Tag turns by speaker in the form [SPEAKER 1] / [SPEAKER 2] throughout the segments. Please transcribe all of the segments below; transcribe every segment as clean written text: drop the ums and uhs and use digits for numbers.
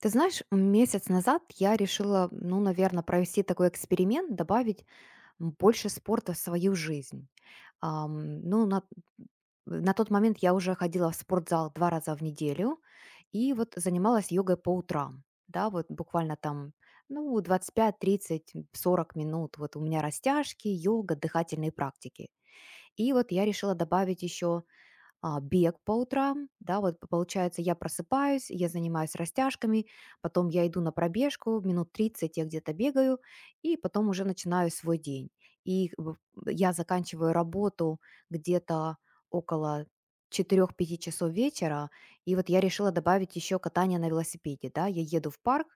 [SPEAKER 1] Ты знаешь, месяц назад я решила, ну, наверное, провести такой эксперимент, добавить больше спорта в свою жизнь. Ну, на тот момент я уже ходила в спортзал 2 раза в неделю и вот занималась йогой по утрам. Да, вот буквально там, ну, 25, 30, 40 минут. Вот у меня растяжки, йога, дыхательные практики. И вот я решила добавить еще бег по утрам, да, вот получается, я просыпаюсь, я занимаюсь растяжками, потом я иду на пробежку, минут 30 я где-то бегаю, и потом уже начинаю свой день. И как я заканчиваю работу где-то около 4 5 часов вечера, и вот я решила добавить еще катание на велосипеде, да, я еду в парк,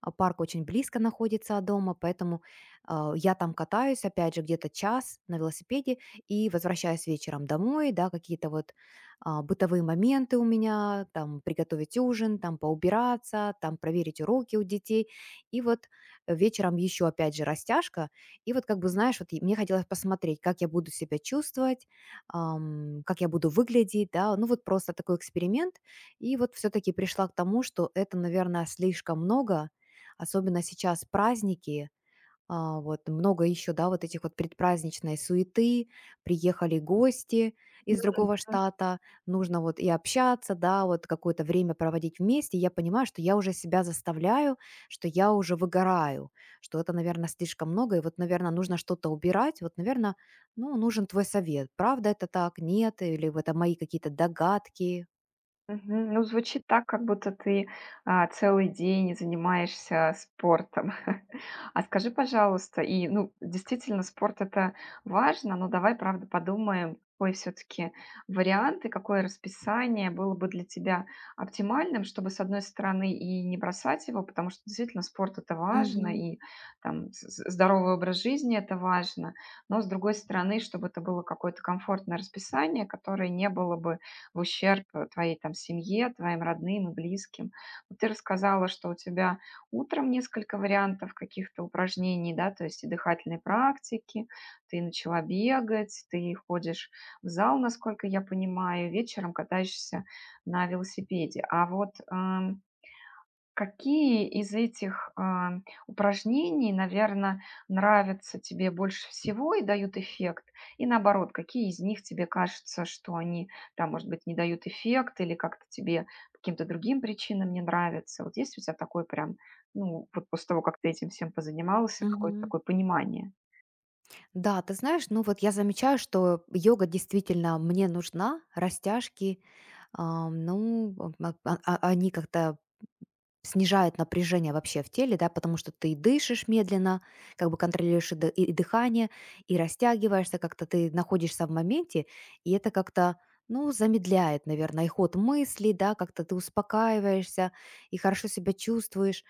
[SPEAKER 1] а парк очень близко находится от дома, поэтому я там катаюсь, опять же, где-то час на велосипеде, и возвращаюсь вечером домой, да, какие-то вот бытовые моменты у меня, там приготовить ужин, там поубираться, там проверить уроки у детей. И вот вечером еще опять же растяжка. И вот как бы, знаешь, вот и мне хотелось посмотреть, как я буду себя чувствовать, как я буду выглядеть, да, ну вот просто такой эксперимент. И вот все-таки пришла к тому, что это, наверное, слишком много, особенно сейчас праздники, вот много еще, да, вот этих вот предпраздничной суеты, приехали гости из другого штата, нужно вот и общаться, да, вот какое-то время проводить вместе. Я понимаю, что я уже себя заставляю, что я уже выгораю, что это, наверное, слишком много, и вот, наверное, нужно что-то убирать. Вот, наверное, ну, нужен твой совет. Правда это так? Нет? Или вот это мои какие-то догадки?
[SPEAKER 2] Мгм. Ну, звучит так, как будто ты, целый день занимаешься спортом. А скажи, пожалуйста, ну, действительно, спорт - это важно, но давай, правда, подумаем, какой все таки вариант и какое расписание было бы для тебя оптимальным, чтобы, с одной стороны, и не бросать его, потому что, действительно, спорт - это важно,
[SPEAKER 1] Мгм.
[SPEAKER 2] и там з з здоровый образ жизни - это важно, но, с другой стороны, чтобы это было какое-то комфортное расписание, которое не было бы в ущерб твоей там семье, твоим родным и близким. Вот ты рассказала, что у тебя утром несколько вариантов каких-то упражнений, да, то есть и дыхательные практики, ты начала бегать, ты ходишь в зал, насколько я понимаю, вечером катаешься на велосипеде. А вот какие из этих, упражнений, наверное, нравятся тебе больше всего и дают эффект? И наоборот, какие из них тебе кажется, что они там, может быть, не дают эффект или как-то тебе по каким-то другим причинам не нравятся? Вот есть у тя такое прям, ну, вот после того, как ты этим всем позанимался, какое-то
[SPEAKER 1] Мгм.
[SPEAKER 2] такое понимание?
[SPEAKER 1] Да, ты знаешь, ну вот я замечаю, что йога действительно мне нужна, растяжки, ну, они как-то снижают напряжение вообще в теле, да, потому что ты дышишь медленно, как бы контролируешь и дыхание, и растягиваешься, как-то ты находишься в моменте, и это как-то, ну, замедляет, наверное, и ход мыслей, да, как-то ты успокаиваешься и хорошо себя чувствуешь.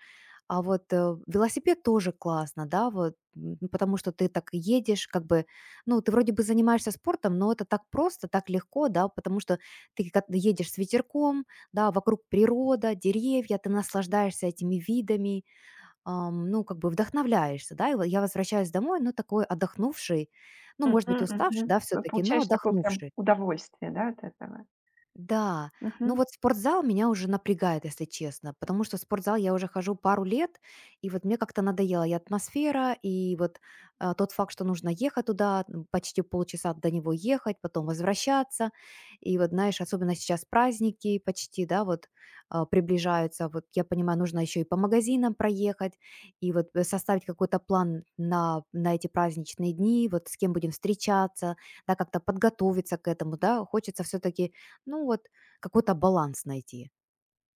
[SPEAKER 1] А вот, велосипед тоже классно, да, вот, ну, потому что ты так едешь, как бы, ну, ты вроде бы занимаешься спортом, но это так просто, так легко, да, потому что ты как едешь с ветерком, да, вокруг природа, деревья, ты наслаждаешься этими видами, ну, как бы вдохновляешься, да, и вот я возвращаюсь домой, ну, такой отдохнувший, ну, может
[SPEAKER 2] Мгм,
[SPEAKER 1] быть, уставший,
[SPEAKER 2] мгм.
[SPEAKER 1] да,
[SPEAKER 2] П
[SPEAKER 1] все-таки, но
[SPEAKER 2] Получаешь такое прям
[SPEAKER 1] отдохнувший.
[SPEAKER 2] удовольствие, да, от этого?
[SPEAKER 1] Да, ну вот спортзал меня уже напрягает, если честно, потому что в спортзал я уже хожу пару лет, и вот мне как-то надоела и атмосфера, и вот тот факт, что нужно ехать туда, почти полчаса до него ехать, потом возвращаться, и вот знаешь, особенно сейчас праздники почти, да, вот приближаются, вот я понимаю, нужно еще и по магазинам проехать, и вот составить какой-то план на эти праздничные дни, вот с кем будем встречаться, да, как-то подготовиться к этому, да, хочется все-таки ну вот какой-то баланс найти.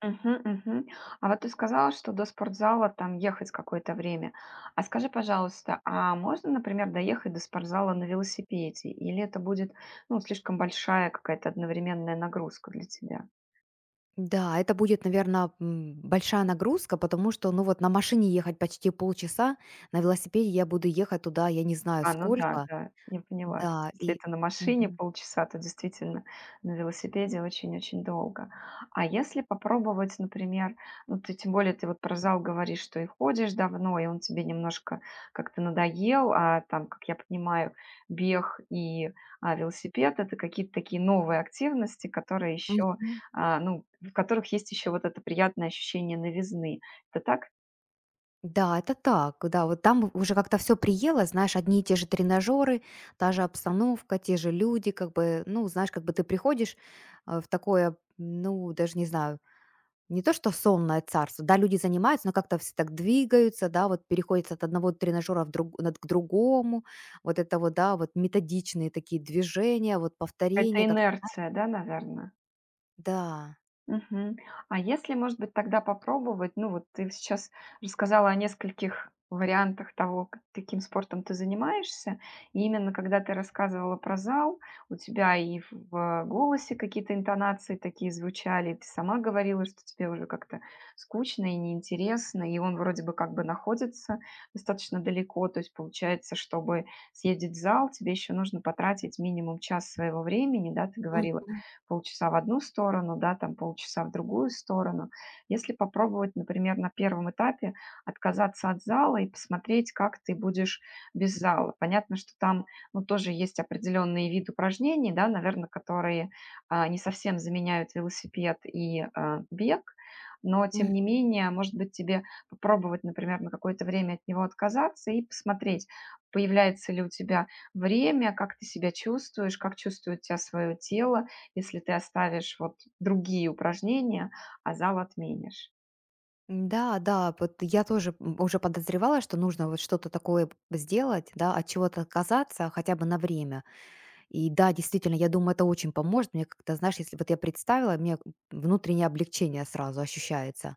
[SPEAKER 2] Мгм, мгм. А вот ты сказала, что до спортзала там ехать какое-то время. А скажи, пожалуйста, а можно, например, доехать до спортзала на велосипеде? Или это будет, ну, слишком большая какая-то одновременная нагрузка для тебя?
[SPEAKER 1] Да, это будет, наверное, большая нагрузка, потому что, ну вот на машине ехать почти полчаса, на велосипеде я буду ехать туда, я не знаю
[SPEAKER 2] А, ну да,
[SPEAKER 1] сколько.
[SPEAKER 2] да, я поняла. То
[SPEAKER 1] Да,
[SPEAKER 2] есть если
[SPEAKER 1] и...
[SPEAKER 2] это на машине
[SPEAKER 1] Мгм.
[SPEAKER 2] полчаса, то действительно на велосипеде очень-очень долго. А если попробовать, например, ну ты тем более ты вот про зал говоришь, что и ходишь давно, и он тебе немножко как-то надоел, а там, как я понимаю, бег и велосипед это какие-то такие новые активности, которые еще,
[SPEAKER 1] Мгм.
[SPEAKER 2] ну, в которых есть еще вот это приятное ощущение новизны. Это так?
[SPEAKER 1] Да, это так, да, вот там уже как-то все приело, знаешь, одни и те же тренажеры, та же обстановка, те же люди, как бы, ну, знаешь, как бы ты приходишь в такое, ну, даже не знаю, не то, что сонное царство, да, люди занимаются, но как-то все так двигаются, да, вот переходят от одного тренажера в друг, к другому, вот это вот, да, вот методичные такие движения, вот повторения,
[SPEAKER 2] Это
[SPEAKER 1] как,
[SPEAKER 2] инерция, да, наверное?
[SPEAKER 1] да.
[SPEAKER 2] Мгм. А если, может быть, тогда попробовать, ну вот ты сейчас рассказала о нескольких вариантах того, каким спортом ты занимаешься, и именно когда ты рассказывала про зал, у тебя и в голосе какие-то интонации такие звучали, ты сама говорила, что тебе уже как-то скучно и неинтересно, и он вроде бы как бы находится достаточно далеко, то есть получается, чтобы съездить в зал, тебе еще нужно потратить минимум час своего времени, да, ты говорила,
[SPEAKER 1] Мгм.
[SPEAKER 2] полчаса в одну сторону, да, там полчаса в другую сторону. Если попробовать, например, на первом этапе отказаться от зала и посмотреть, как ты будешь без зала. Понятно, что там, ну, тоже есть определенные виды упражнений, да, наверное, которые не совсем заменяют велосипед и бег, но тем
[SPEAKER 1] М.
[SPEAKER 2] не менее, может быть, тебе попробовать, например, на какое-то время от него отказаться и посмотреть, появляется ли у тебя время, как ты себя чувствуешь, как чувствует тебя свое тело, если ты оставишь вот другие упражнения, а зал отменишь.
[SPEAKER 1] Да, да, вот я тоже уже подозревала, что нужно вот что-то такое сделать, да, от чего-то отказаться хотя бы на время. И да, действительно, я думаю, это очень поможет. Мне как-то, знаешь, если вот я представила, мне внутреннее облегчение сразу ощущается.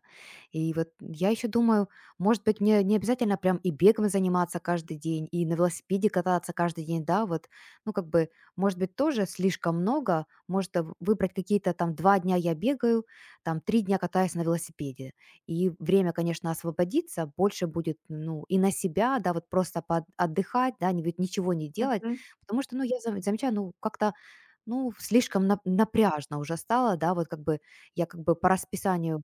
[SPEAKER 1] И вот я еще думаю, может быть, мне не обязательно прям и бегом заниматься каждый день, и на велосипеде кататься каждый день, да, вот, ну, как бы, может быть, тоже слишком много, может, выбрать какие-то там 2 дня я бегаю, там 3 дня катаюсь на велосипеде. И время, конечно, освободится, больше будет, ну, и на себя, да, вот просто поотдыхать, да, ведь ничего не делать.
[SPEAKER 2] Мгм.
[SPEAKER 1] Потому что, ну, я замечаю, ну, как-то, ну, слишком напряжно уже стало, да, вот как бы я как бы по расписанию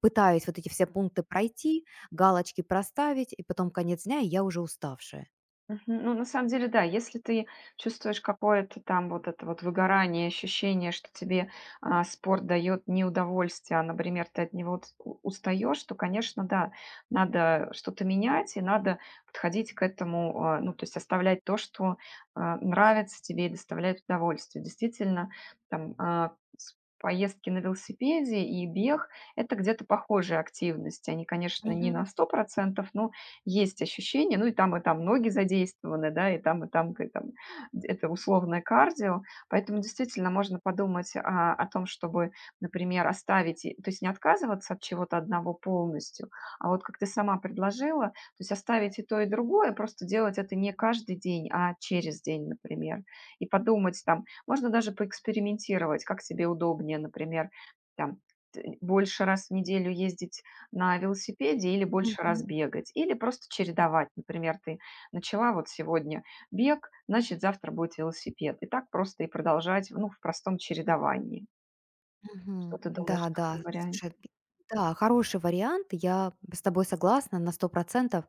[SPEAKER 1] пытаюсь вот эти все пункты пройти, галочки проставить, и потом конец дня, и я уже уставшая.
[SPEAKER 2] Мгм. Ну, на самом деле, да, если ты чувствуешь какое-то там вот это вот выгорание, ощущение, что тебе спорт дает не удовольствие, а, например, ты от него устаешь, то, конечно, да, надо что-то менять и надо подходить к этому, ну, то есть оставлять то, что нравится тебе и доставляет удовольствие. Действительно, там поездки на велосипеде и бег – это где-то похожие активности. Они, конечно, не на
[SPEAKER 1] Мгм,
[SPEAKER 2] 100%, но есть ощущение, ну и там ноги задействованы, да, и там, там это условное кардио, поэтому действительно можно подумать о том, чтобы, например, оставить, то есть не отказываться от чего-то одного полностью, а вот как ты сама предложила, то есть оставить и то, и другое, просто делать это не каждый день, а через день, например, и подумать там, можно даже поэкспериментировать, как тебе удобнее, например, там больше раз в неделю ездить на велосипеде или больше
[SPEAKER 1] мгм,
[SPEAKER 2] раз бегать, или просто чередовать. Например, ты начала вот сегодня бег, значит, завтра будет велосипед. И так просто и продолжать, ну, в простом чередовании. Что
[SPEAKER 1] мгм.
[SPEAKER 2] ты
[SPEAKER 1] Да,
[SPEAKER 2] думаешь о
[SPEAKER 1] да,
[SPEAKER 2] таком варианте?
[SPEAKER 1] слушай. Да, хороший вариант. Я с тобой согласна на 100%.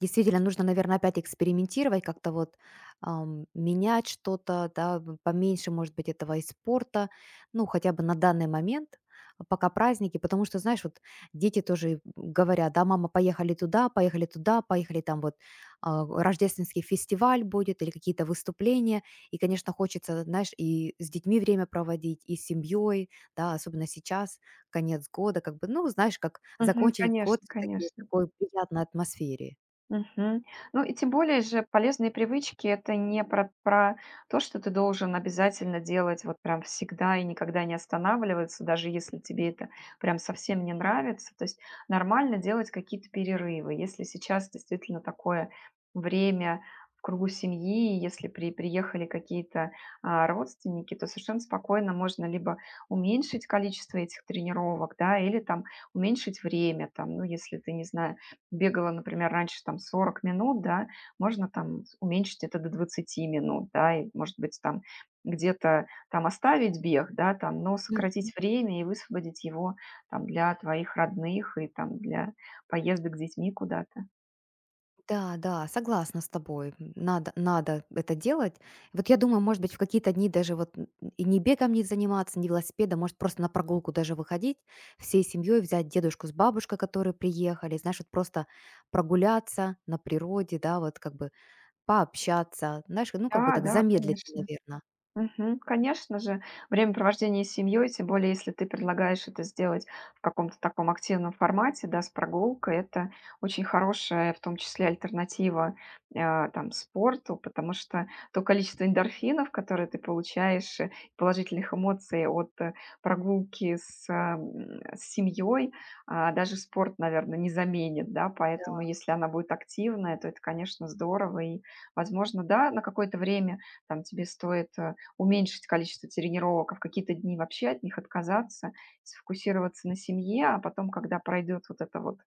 [SPEAKER 1] Действительно, нужно, наверное, опять экспериментировать, как-то вот менять что-то, да, поменьше, может быть, этого и спорта, ну, хотя бы на данный момент, пока праздники, потому что, знаешь, вот дети тоже говорят, да, мама, поехали туда, поехали туда, поехали там вот рождественский фестиваль будет или какие-то выступления, и, конечно, хочется, знаешь, и с детьми время проводить, и с семьей, да, особенно сейчас, конец года, как бы, ну, знаешь, как
[SPEAKER 2] Мгм.
[SPEAKER 1] закончить год
[SPEAKER 2] Конечно,
[SPEAKER 1] все-таки в
[SPEAKER 2] конечно.
[SPEAKER 1] такой приятной атмосфере.
[SPEAKER 2] Мгм. Ну и тем более же полезные привычки - это не про то, что ты должен обязательно делать вот прям всегда и никогда не останавливаться, даже если тебе это прям совсем не нравится. То есть нормально делать какие-то перерывы. Если сейчас действительно такое время в кругу семьи, если приехали какие-то, родственники, то совершенно спокойно можно либо уменьшить количество этих тренировок, да, или там уменьшить время, там, ну, если ты, не знаю, бегала, например, раньше там 40 минут, да, можно там уменьшить это до 20 минут, да, и, может быть, там где-то там оставить бег, да, там, но
[SPEAKER 1] Мгм.
[SPEAKER 2] сократить время и высвободить его там для твоих родных и там для поездок с детьми куда-то.
[SPEAKER 1] Да, да, согласна с тобой. Надо, это делать. Вот я думаю, может быть, в какие-то дни даже вот и не бегом не заниматься, не велосипедом, может, просто на прогулку даже выходить всей семьей, взять дедушку с бабушкой, которые приехали, знаешь, вот просто прогуляться на природе, да, вот как бы пообщаться, знаешь, ну, как бы
[SPEAKER 2] Да,
[SPEAKER 1] так
[SPEAKER 2] да,
[SPEAKER 1] замедлиться,
[SPEAKER 2] конечно.
[SPEAKER 1] наверное.
[SPEAKER 2] Мгм. Конечно же, времяпровождение с семьей, тем более, если ты предлагаешь это сделать в каком-то таком активном формате, да, с прогулкой, это очень хорошая, в том числе, альтернатива там, спорту, потому что то количество эндорфинов, которые ты получаешь, положительных эмоций от прогулки с, семьей, даже спорт, наверное, не заменит, да, поэтому если она будет активная, то это, конечно, здорово, и, возможно, да, на какое-то время там тебе стоит уменьшить количество тренировок, а в какие-то дни вообще от них отказаться, сфокусироваться на семье, а потом, когда пройдет вот это вот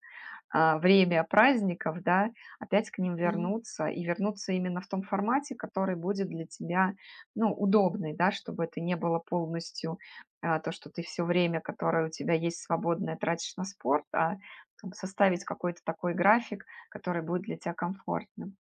[SPEAKER 2] время праздников, да, опять к ним вернуться и вернуться именно в том формате, который будет для тебя, ну, удобный, да, чтобы это не было полностью то, что ты все время, которое у тебя есть свободное, тратишь на спорт, а там составить какой-то такой график, который будет для тебя комфортным.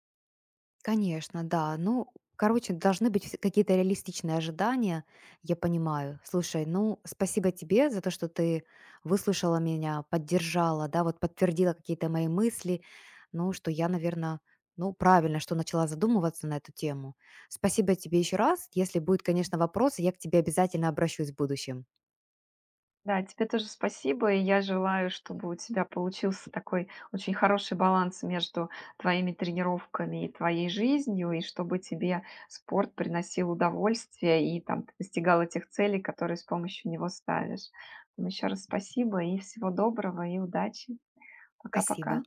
[SPEAKER 1] Конечно, да. Ну, короче, должны быть какие-то реалистичные ожидания, я понимаю. Слушай, ну, спасибо тебе за то, что ты выслушала меня, поддержала, да, вот подтвердила какие-то мои мысли, ну, что я, наверное, ну, правильно, что начала задумываться на эту тему. Спасибо тебе еще раз. Если будет, конечно, вопрос, я к тебе обязательно обращусь в будущем.
[SPEAKER 2] Да, тебе тоже спасибо. И я желаю, чтобы у тебя получился такой очень хороший баланс между твоими тренировками и твоей жизнью, и чтобы тебе спорт приносил удовольствие и там ты достигала тех целей, которые с помощью него ставишь. Еще раз спасибо и всего доброго и удачи.
[SPEAKER 1] Спасибо.
[SPEAKER 2] Пока-пока.